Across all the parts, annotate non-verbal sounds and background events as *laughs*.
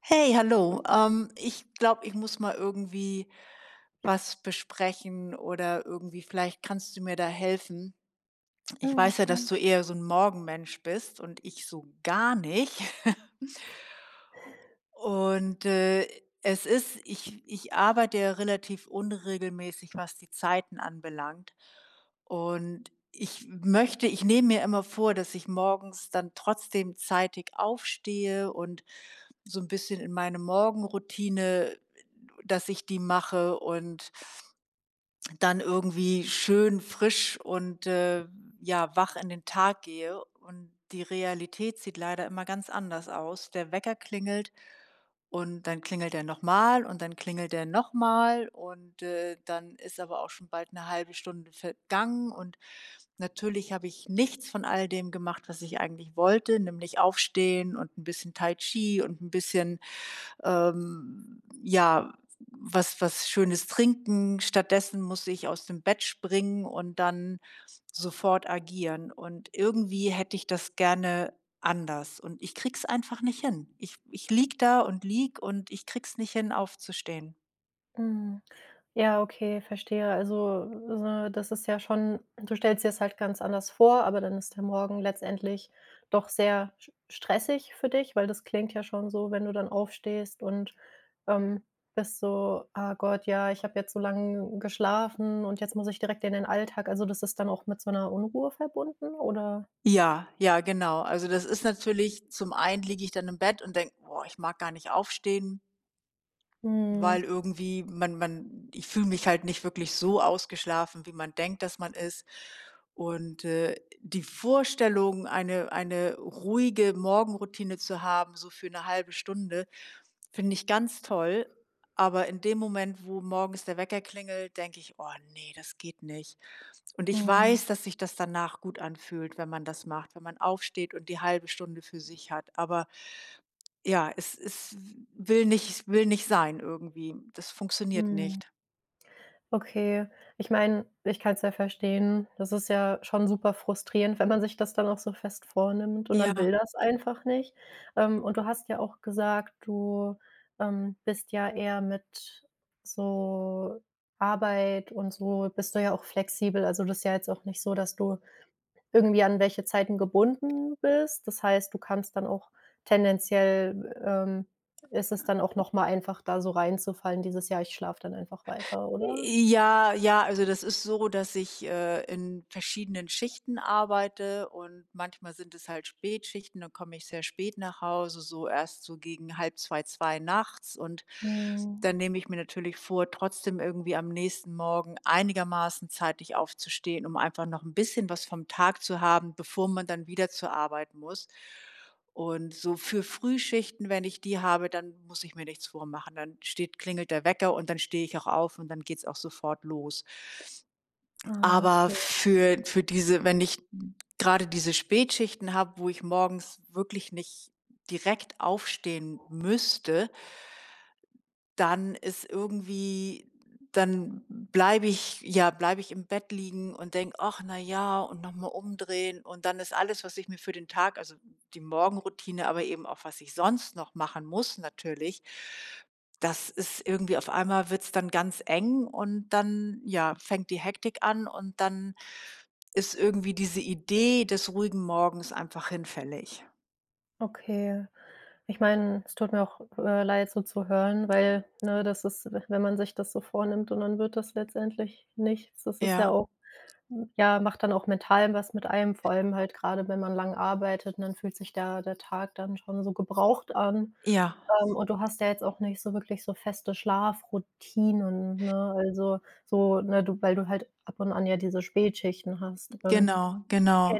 Hey, hallo. Ich glaube, ich muss mal irgendwie was besprechen oder irgendwie, vielleicht kannst du mir da helfen. Ich Mhm, weiß ja, klar. dass du eher so ein Morgenmensch bist und ich so gar nicht. *laughs* Und, äh, Es ist ich arbeite ja relativ unregelmäßig, was die Zeiten anbelangt. Und ich nehme mir immer vor, dass ich morgens dann trotzdem zeitig aufstehe und so ein bisschen in meine Morgenroutine, dass ich die mache und dann irgendwie schön frisch ja, wach in den Tag gehe, und die Realität sieht leider immer ganz anders aus. Der Wecker klingelt und dann klingelt er nochmal und dann klingelt er nochmal dann ist aber auch schon bald eine halbe Stunde vergangen und natürlich habe ich nichts von all dem gemacht, was ich eigentlich wollte, nämlich aufstehen und ein bisschen Tai Chi und ein bisschen ja, was Schönes trinken. Stattdessen muss ich aus dem Bett springen und dann sofort agieren. Und irgendwie hätte ich das gerne anders und ich kriege es einfach nicht hin. Ich lieg da und lieg und ich kriege es nicht hin, aufzustehen. Mhm. Ja, okay, verstehe. Also, so das ist ja schon du stellst dir es halt ganz anders vor, aber dann ist der Morgen letztendlich doch sehr sch stressig für dich, weil das klingt ja schon so, wenn du dann aufstehst und, ähm, bist so: „Ah Gott, ja, ich habe jetzt so lange geschlafen und jetzt muss ich direkt in den Alltag.“ Also, das ist dann auch mit so einer Unruhe verbunden, oder? Ja, ja, genau. Also, das ist natürlich, zum einen liege ich dann im Bett und denke: „Boah, ich mag gar nicht aufstehen.“ Mhm. Weil irgendwie man ich fühle mich halt nicht wirklich so ausgeschlafen, wie man denkt, dass man ist. Die Vorstellung, eine ruhige Morgenroutine zu haben, so für eine halbe Stunde, finde ich ganz toll. Aber in dem Moment, wo morgens der Wecker klingelt, denke ich: „Oh nee, das geht nicht.“ Und ich Mhm. weiß, dass sich das danach gut anfühlt, wenn man das macht, wenn man aufsteht und die halbe Stunde für sich hat. Aber ja, es will nicht sein irgendwie. Das funktioniert Mhm. nicht. Okay. Ich meine, ich kann es ja verstehen. Das ist ja schon super frustrierend, wenn man sich das dann auch so fest vornimmt und Ja. dann will das einfach nicht. Und du hast ja auch gesagt, du bist ja eher mit so Arbeit und so bist du ja auch flexibel. Also, das ist ja jetzt auch nicht so, dass du irgendwie an welche Zeiten gebunden bist. Das heißt, du kannst dann auch tendenziell ist es dann auch noch mal einfach, da so reinzufallen dieses: Jahr ich schlafe dann einfach weiter“, oder? Ja, ja, also das ist so, dass ich, in verschiedenen Schichten arbeite und manchmal sind es halt Spätschichten, dann komme ich sehr spät nach Hause, so erst so gegen halb zwei, zwei nachts, und Mhm. dann nehme ich mir natürlich vor, trotzdem irgendwie am nächsten Morgen einigermaßen zeitig aufzustehen, um einfach noch ein bisschen was vom Tag zu haben, bevor man dann wieder zur Arbeit muss. Und so für Frühschichten, wenn ich die habe, dann muss ich mir nichts vormachen. Dann steht klingelt der Wecker und dann stehe ich auch auf und dann geht's auch sofort los. Ah, Aber für diese, wenn ich gerade diese Spätschichten habe, wo ich morgens wirklich nicht direkt aufstehen müsste, dann ist irgendwie, dann bleibe ich ja, bleibe ich im Bett liegen und denke: „Ach, na ja“ und noch mal umdrehen. Und dann ist alles, was ich mir für den Tag, also die Morgenroutine, aber eben auch, was ich sonst noch machen muss natürlich, das ist irgendwie auf einmal, wird's dann ganz eng und dann, ja, fängt die Hektik an und dann ist irgendwie diese Idee des ruhigen Morgens einfach hinfällig. okay. Ich meine, es tut mir auch leid, so zu hören, weil, ne, das ist w wenn man sich das so vornimmt und dann wird das letztendlich nichts, das ist ja Ja, auch hm, ja, macht dann auch mental was mit einem, vor allem halt gerade, wenn man lang arbeitet und dann fühlt sich der Tag dann schon so gebraucht an. ja, Und du hast ja jetzt auch nicht so wirklich so feste Schlafroutinen, ne? Also so, ne, du weil du halt ab und an ja diese Spätschichten hast. Genau,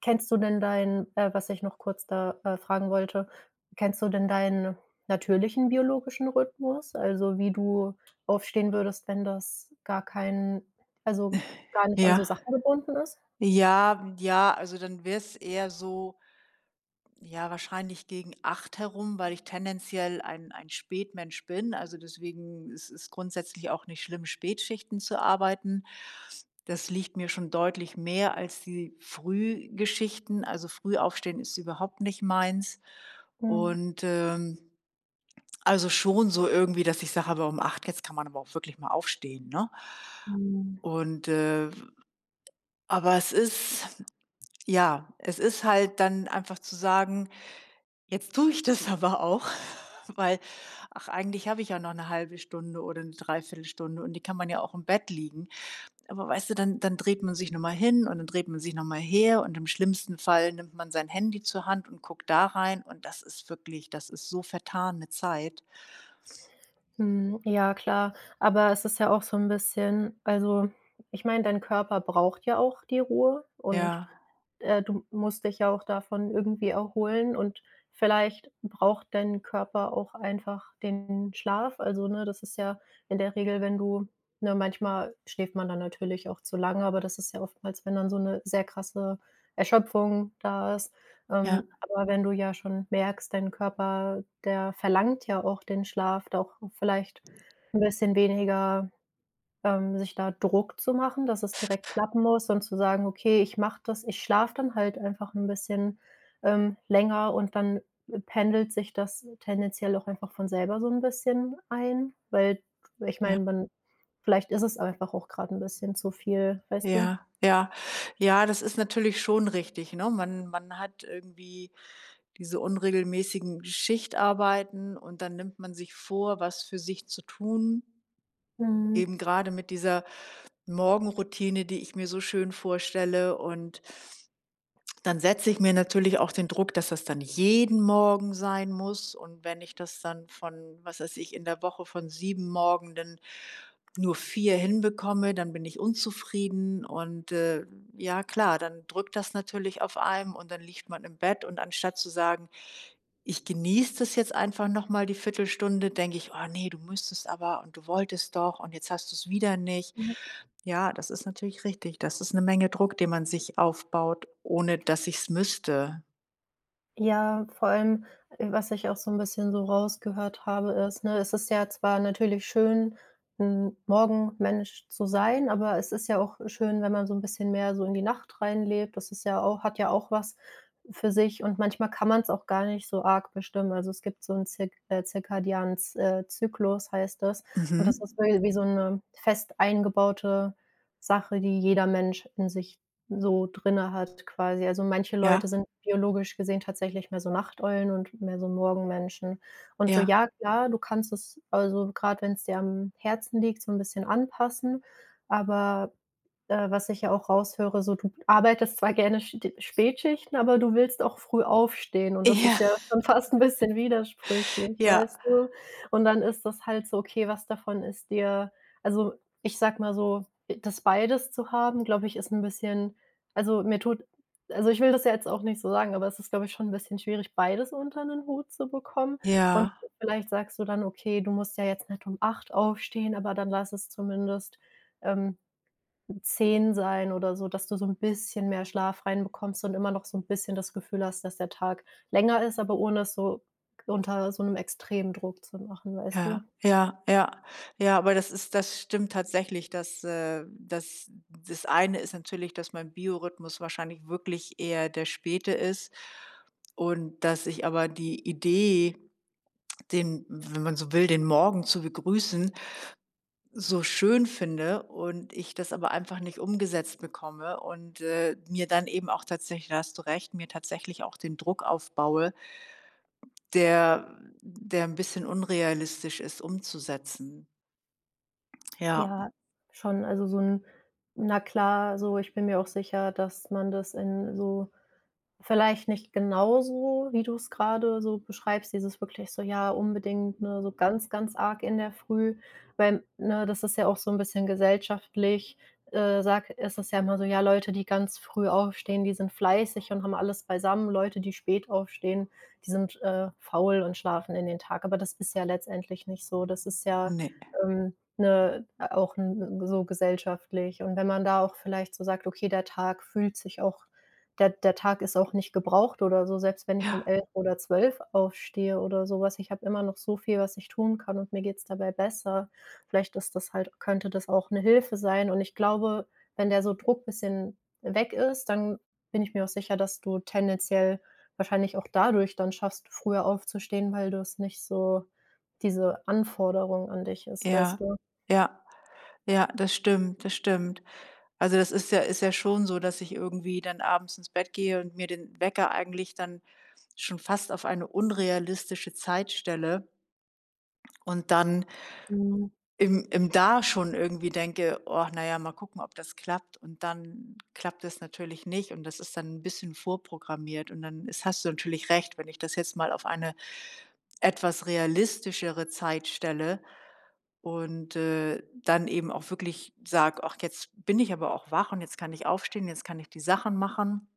Kennst du denn deinen was ich noch kurz da fragen wollte, kennst du denn deinen natürlichen biologischen Rhythmus? Also, wie du aufstehen würdest, wenn das gar kein also, gar nicht an so ja. Sachen gebunden ist? Ja, ja, also dann wär's eher so, ja, wahrscheinlich gegen 8 herum, weil ich tendenziell ein Spätmensch bin. Also, deswegen ist es grundsätzlich auch nicht schlimm, Spätschichten zu arbeiten. Das liegt mir schon deutlich mehr als die Frühgeschichten. Also, Frühaufstehen ist überhaupt nicht meins. Mhm. Und, ähm, also schon so irgendwie, dass ich sage: „Aber um 8 jetzt kann man aber auch wirklich mal aufstehen“, ne? Mhm. Und, äh, aber es ist, ja, es ist halt dann einfach zu sagen: „Jetzt tue ich das aber auch, *laughs* weil ach, eigentlich habe ich ja noch eine halbe Stunde oder eine Dreiviertelstunde und die kann man ja auch im Bett liegen.“ Aber weißt du, dann dreht man sich noch mal hin und dann dreht man sich noch mal her und im schlimmsten Fall nimmt man sein Handy zur Hand und guckt da rein, und das ist wirklich, das ist so vertane Zeit. Mhm, ja klar, aber es ist ja auch so ein bisschen also, ich meine, dein Körper braucht ja auch die Ruhe und, Ja, äh, du musst dich ja auch davon irgendwie erholen und vielleicht braucht dein Körper auch einfach den Schlaf. Also, ne, das ist ja in der Regel, wenn du ne, manchmal schläft man dann natürlich auch zu lange, aber das ist ja oftmals, wenn dann so eine sehr krasse Erschöpfung da ist. ja, Aber wenn du ja schon merkst, dein Körper, der verlangt ja auch den Schlaf, da auch vielleicht ein bisschen weniger, sich da Druck zu machen, dass es direkt klappen muss und zu sagen: „Okay, ich mache das ich schlafe dann halt einfach ein bisschen länger“ und dann pendelt sich das tendenziell auch einfach von selber so ein bisschen ein, weil ich ja, meine, man vielleicht ist es einfach auch gerade ein bisschen zu viel, weißt du? ja, ja. Ja, das ist natürlich schon richtig, ne? Man hat irgendwie diese unregelmäßigen Schichtarbeiten und dann nimmt man sich vor, was für sich zu tun, Mhm. eben gerade mit dieser Morgenroutine, die ich mir so schön vorstelle. Und dann setze ich mir natürlich auch den Druck, dass das dann jeden Morgen sein muss. Und wenn ich das dann von, was weiß ich, in der Woche von 7 Morgenden nur 4 hinbekomme, dann bin ich unzufrieden und ja klar, dann drückt das natürlich auf einem und dann liegt man im Bett, und anstatt zu sagen, ich genieße das jetzt einfach noch mal die Viertelstunde, denke ich: „Oh nee, du müsstest aber und du wolltest doch und jetzt hast du es wieder nicht.“ Ja, das ist natürlich richtig. Das ist eine Menge Druck, den man sich aufbaut, ohne dass ich es müsste. Ja, vor allem, was ich auch so 'n bisschen so rausgehört habe, ist, ne, es ist ja zwar natürlich schön, 'n Morgenmensch zu sein, aber es ist ja auch schön, wenn man so 'n bisschen mehr so in die Nacht reinlebt. Das ist ja auch hat ja auch was für sich und manchmal kann man's auch gar nicht so arg bestimmen. Also, es gibt so 'n Zir zirkadianen Z Zyklus heißt das und das ist Mhm. wie so 'ne fest eingebaute Sache, die jeder Mensch in sich so drinne hat quasi. Also, manche Leute Ja, sind biologisch gesehen tatsächlich mehr so Nachteulen und mehr so Morgenmenschen. Und so, ja, ja klar, du kannst es also, gerade wenn es dir am Herzen liegt, so ein bisschen anpassen, aber was ich ja auch raushöre, so du arbeitest zwar gerne st Spätschichten, aber du willst auch früh aufstehen und das ist ja, ja *laughs* schon fast ein bisschen *laughs* widersprüchlich, ja, weißt du? Und dann ist das halt so, okay, was davon ist dir also, ich sag mal so, das beides zu haben, glaube ich, ist ein bisschen also, mir tut also, ich will das ja jetzt auch nicht so sagen, aber es ist, glaube ich, schon ein bisschen schwierig, beides unter 'nen Hut zu bekommen. Und ja. vielleicht sagst du dann: „Okay, du musst ja jetzt nicht um 8 aufstehen, aber dann lass es zumindest, ähm, 10 sein oder so“, dass du so 'n bisschen mehr Schlaf reinbekommst und immer noch so 'n bisschen das Gefühl hast, dass der Tag länger ist, aber ohne es so unter so 'nem extremen Druck zu machen, weißt Ja, du? ja, ja. Ja, aber das stimmt tatsächlich, dass, dass das eine ist natürlich, dass mein Biorhythmus wahrscheinlich wirklich eher der späte ist und dass ich aber die Idee, den, wenn man so will, den Morgen zu begrüßen, so schön finde, und ich das aber einfach nicht umgesetzt bekomme und mir dann eben auch tatsächlich, da hast du recht, mir tatsächlich auch den Druck aufbaue, der ein bisschen unrealistisch ist umzusetzen. Ja. Ja, schon. Also, so 'n na klar, so ich bin mir auch sicher, dass man das in so vielleicht nicht genauso, wie du es gerade so beschreibst, dieses wirklich so, ja, unbedingt, ne, so ganz, ganz arg in der Früh, weil, ne, das ist ja auch so ein bisschen gesellschaftlich, sagt ist es ja immer so: „Ja, Leute, die ganz früh aufstehen, die sind fleißig und haben alles beisammen. Leute, die spät aufstehen, die sind faul und schlafen in den Tag.“ Aber das ist ja letztendlich nicht so. Das ist ja, Ne. Ne, auch 'n so gesellschaftlich. Und wenn man da auch vielleicht so sagt: „Okay, der Tag fühlt sich auch der Tag ist auch nicht gebraucht oder so, selbst wenn ich um Ja, 11 oder 12 aufstehe oder sowas. Ich habe immer noch so viel, was ich tun kann und mir geht's dabei besser. Vielleicht ist das halt könnte das auch eine Hilfe sein und ich glaube, wenn der so Druck ein bisschen weg ist, dann bin ich mir auch sicher, dass du tendenziell wahrscheinlich auch dadurch dann schaffst, früher aufzustehen, weil du es nicht so diese Anforderung an dich ist, weißt ja, du? ja, ja. Das stimmt, das stimmt. Also, das ist ja, ist ja schon so, dass ich irgendwie dann abends ins Bett gehe und mir den Wecker eigentlich dann schon fast auf eine unrealistische Zeit stelle und dann Mhm, im Da schon irgendwie denke: „Och, na ja, mal gucken, ob das klappt.“ Und dann klappt es natürlich nicht und das ist dann 'n bisschen vorprogrammiert und dann ist, hast du natürlich recht, wenn ich das jetzt mal auf eine etwas realistischere Zeit stelle und dann eben auch wirklich sage: „Ach, jetzt bin ich aber auch wach und jetzt kann ich aufstehen, jetzt kann ich die Sachen machen“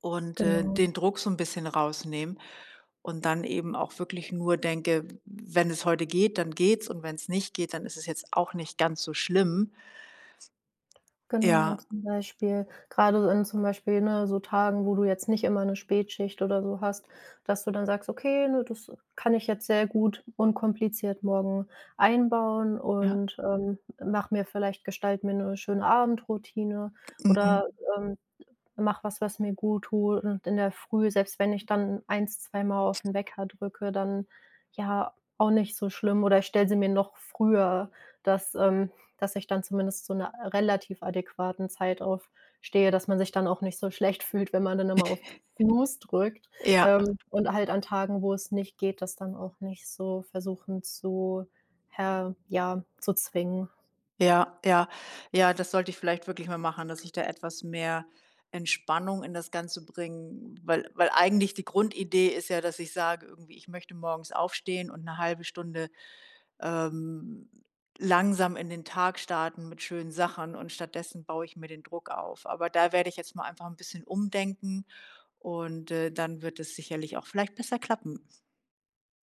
, genau. den Druck so ein bisschen rausnehmen und dann eben auch wirklich nur denke: „Wenn es heute geht, dann geht's und wenn es nicht geht, dann ist es jetzt auch nicht ganz so schlimm.“ Genau, Ja, zum Beispiel gerade in zum Beispiel, ne, so Tagen, wo du jetzt nicht immer 'ne Spätschicht oder so hast, dass du dann sagst: „Okay, ne, das kann ich jetzt sehr gut unkompliziert morgen einbauen ja. und mache mir vielleicht gestalte mir 'ne schöne Abendroutine Mhm. oder, ähm“ mache was, was mir gut tut und in der Früh, selbst wenn ich dann eins zweimal auf den Wecker drücke, dann ja, auch nicht so schlimm oder ich stelle sie mir noch früher, dass dass ich dann zumindest zu 'ner relativ adäquaten Zeit aufstehe, dass man sich dann auch nicht so schlecht fühlt, wenn man dann immer auf Snooze drückt, Ja. Und halt an Tagen, wo es nicht geht, das dann auch nicht so versuchen zu her ja, zu zwingen. Ja, ja. Ja, das sollte ich vielleicht wirklich mal machen, dass ich da etwas mehr Entspannung in das Ganze bringe, weil eigentlich die Grundidee ist ja, dass ich sage irgendwie, ich möchte morgens aufstehen und eine halbe Stunde, ähm, langsam in den Tag starten mit schönen Sachen und stattdessen baue ich mir den Druck auf. Aber da werde ich jetzt mal einfach ein bisschen umdenken und dann wird es sicherlich auch vielleicht besser klappen.